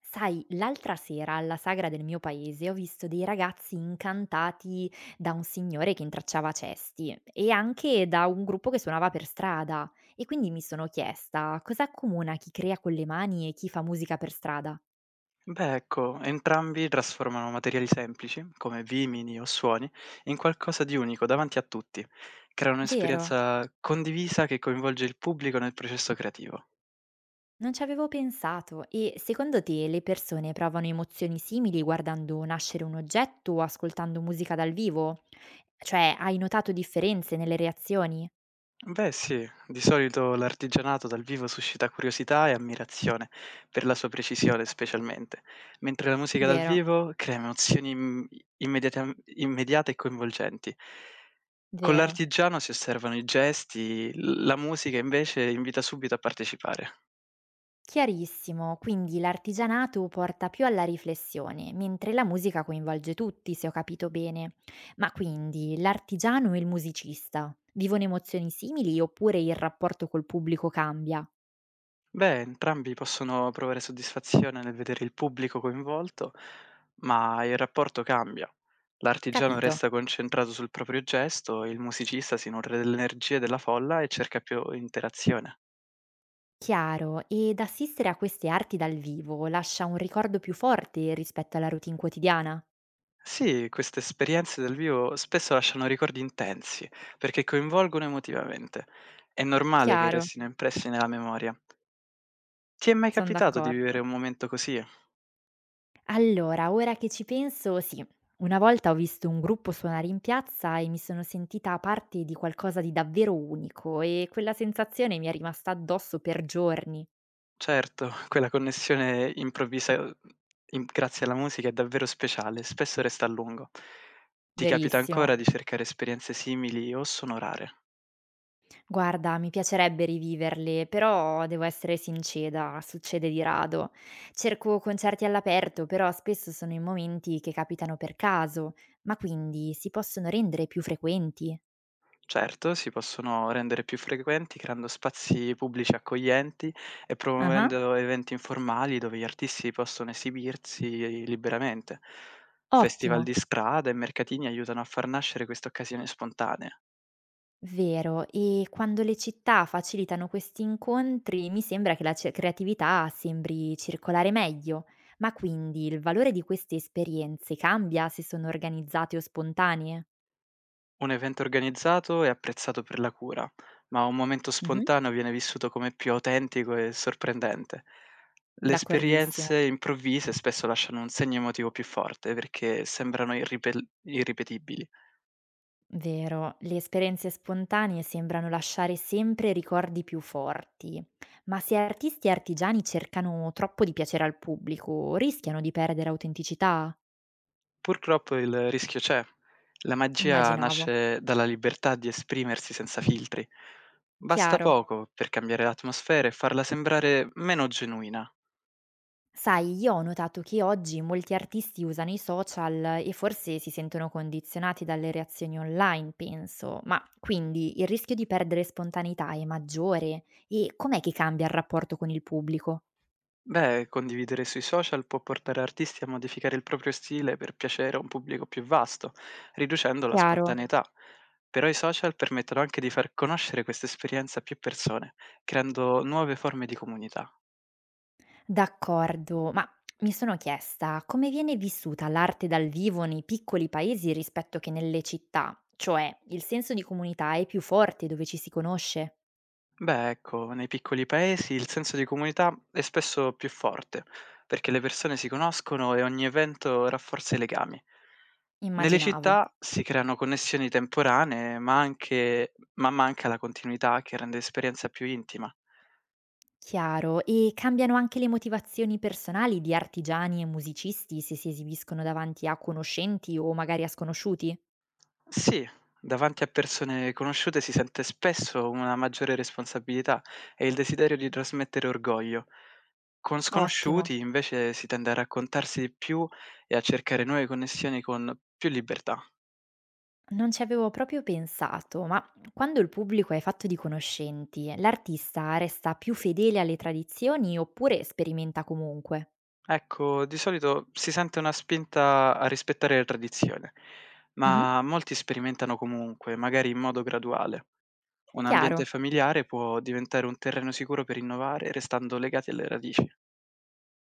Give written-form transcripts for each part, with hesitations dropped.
Sai, l'altra sera alla sagra del mio paese ho visto dei ragazzi incantati da un signore che intracciava cesti e anche da un gruppo che suonava per strada e quindi mi sono chiesta cosa accomuna chi crea con le mani e chi fa musica per strada. Beh, ecco, entrambi trasformano materiali semplici, come vimini o suoni, in qualcosa di unico davanti a tutti. Creano Vero, un'esperienza condivisa che coinvolge il pubblico nel processo creativo. non ci avevo pensato e secondo te le persone provano emozioni simili guardando nascere un oggetto o ascoltando musica dal vivo? Cioè, hai notato differenze nelle reazioni? Beh, sì, di solito l'artigianato dal vivo suscita curiosità e ammirazione per la sua precisione, specialmente, mentre la musica dal Vero, vivo crea emozioni immediate e coinvolgenti. Con vero. l'artigiano si osservano i gesti, la musica invece invita subito a partecipare. Chiarissimo, quindi l'artigianato porta più alla riflessione, mentre la musica coinvolge tutti, se ho capito bene. Ma quindi l'artigiano e il musicista vivono emozioni simili oppure il rapporto col pubblico cambia? Beh, entrambi possono provare soddisfazione nel vedere il pubblico coinvolto, ma il rapporto cambia. L'artigiano resta Capito? concentrato sul proprio gesto, il musicista si nutre delle energie della folla e cerca più interazione. Chiaro, ed assistere a queste arti dal vivo lascia un ricordo più forte rispetto alla routine quotidiana? Sì, queste esperienze dal vivo spesso lasciano ricordi intensi, perché coinvolgono emotivamente. È normale che Chiaro, restino impressi nella memoria. Ti è mai sono capitato di vivere d'accordo. un momento così? Allora, ora che ci penso, sì. Una volta ho visto un gruppo suonare in piazza e mi sono sentita parte di qualcosa di davvero unico e quella sensazione mi è rimasta addosso per giorni. Certo, quella connessione improvvisa, im grazie alla musica è davvero speciale, spesso resta a lungo. Ti capita ancora Verissimo. di cercare esperienze simili o sono rare? Guarda, mi piacerebbe riviverle, però devo essere sincera, succede di rado. Cerco concerti all'aperto, però spesso sono in momenti che capitano per caso, ma quindi si possono rendere più frequenti. Certo, si possono rendere più frequenti creando spazi pubblici accoglienti e Ah, promuovendo eventi informali dove gli artisti possono esibirsi liberamente. Festival ottimo. di strada e mercatini aiutano a far nascere queste occasioni spontanee. Vero, e quando le città facilitano questi incontri, mi sembra che creatività sembri circolare meglio. Ma quindi il valore di queste esperienze cambia se sono organizzate o spontanee? Un evento organizzato è apprezzato per la cura, ma un momento Mhm. spontaneo viene vissuto come più autentico e sorprendente. Le D'accordissimo. esperienze improvvise spesso lasciano un segno emotivo più forte perché sembrano irripetibili. Vero, le esperienze spontanee sembrano lasciare sempre ricordi più forti, ma se artisti e artigiani cercano troppo di piacere al pubblico, rischiano di perdere autenticità? Purtroppo il rischio c'è. La magia Immaginavo. nasce dalla libertà di esprimersi senza filtri. Basta Chiaro. poco per cambiare l'atmosfera e farla sembrare meno genuina. Sai, io ho notato che oggi molti artisti usano i social e forse si sentono condizionati dalle reazioni online, penso, ma quindi il rischio di perdere spontaneità è maggiore e com'è che cambia il rapporto con il pubblico? Beh, condividere sui social può portare artisti a modificare il proprio stile per piacere a un pubblico più vasto, riducendo la Chiaro? spontaneità. Però i social permettono anche di far conoscere questa esperienza a più persone, creando nuove forme di comunità. D'accordo, ma mi sono chiesta come viene vissuta l'arte dal vivo nei piccoli paesi rispetto che nelle città, cioè il senso di comunità è più forte dove ci si conosce? Beh, ecco, nei piccoli paesi il senso di comunità è spesso più forte, perché le persone si conoscono e ogni evento rafforza i legami. Nelle Immaginavo. città si creano connessioni temporanee, ma, anche, ma manca la continuità che rende l'esperienza più intima. Chiaro, e cambiano anche le motivazioni personali di artigiani e musicisti se si esibiscono davanti a conoscenti o magari a sconosciuti? Sì, davanti a persone conosciute si sente spesso una maggiore responsabilità e il desiderio di trasmettere orgoglio. Con Ottimo. sconosciuti invece si tende a raccontarsi di più e a cercare nuove connessioni con più libertà. Non ci avevo proprio pensato, ma quando il pubblico è fatto di conoscenti, l'artista resta più fedele alle tradizioni oppure sperimenta comunque? Ecco, di solito si sente una spinta a rispettare la tradizione, Mhm. ma molti sperimentano comunque, magari in modo graduale. Un ambiente Chiaro. familiare può diventare un terreno sicuro per innovare, restando legati alle radici.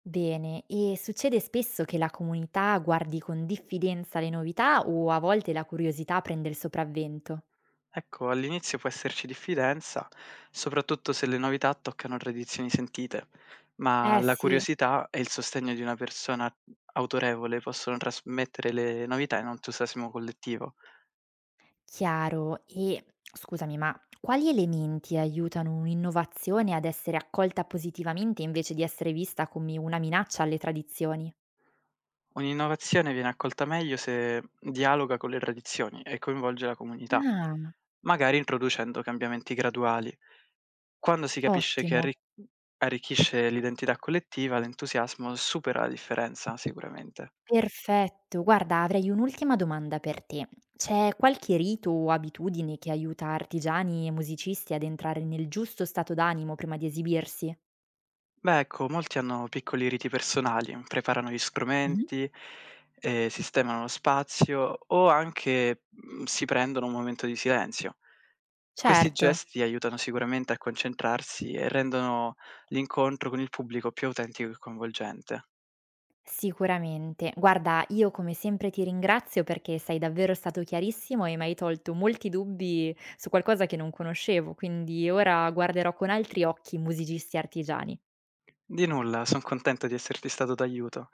Bene, e succede spesso che la comunità guardi con diffidenza le novità o a volte la curiosità prende il sopravvento? Ecco, all'inizio può esserci diffidenza, soprattutto se le novità toccano tradizioni sentite, ma Eh la sì. curiosità e il sostegno di una persona autorevole possono trasmettere le novità in un entusiasmo collettivo. Chiaro. E scusami, ma quali elementi aiutano un'innovazione ad essere accolta positivamente invece di essere vista come una minaccia alle tradizioni? Un'innovazione viene accolta meglio se dialoga con le tradizioni e coinvolge la comunità, Ah, magari introducendo cambiamenti graduali. Quando si capisce che ottimo. Arricchisce l'identità collettiva, l'entusiasmo supera la differenza sicuramente. Perfetto. Guarda, avrei un'ultima domanda per te. C'è qualche rito o abitudine che aiuta artigiani e musicisti ad entrare nel giusto stato d'animo prima di esibirsi? Beh, ecco, molti hanno piccoli riti personali, preparano gli Mhm. strumenti, sistemano lo spazio o anche si prendono un momento di silenzio. Questi Certo. gesti aiutano sicuramente a concentrarsi e rendono l'incontro con il pubblico più autentico e coinvolgente. Sicuramente. Guarda, io come sempre ti ringrazio perché sei davvero stato chiarissimo e mi hai tolto molti dubbi su qualcosa che non conoscevo, quindi ora guarderò con altri occhi i musicisti artigiani. Di nulla, sono contento di esserti stato d'aiuto.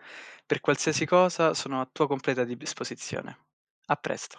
Per qualsiasi cosa sono a tua completa disposizione. A presto.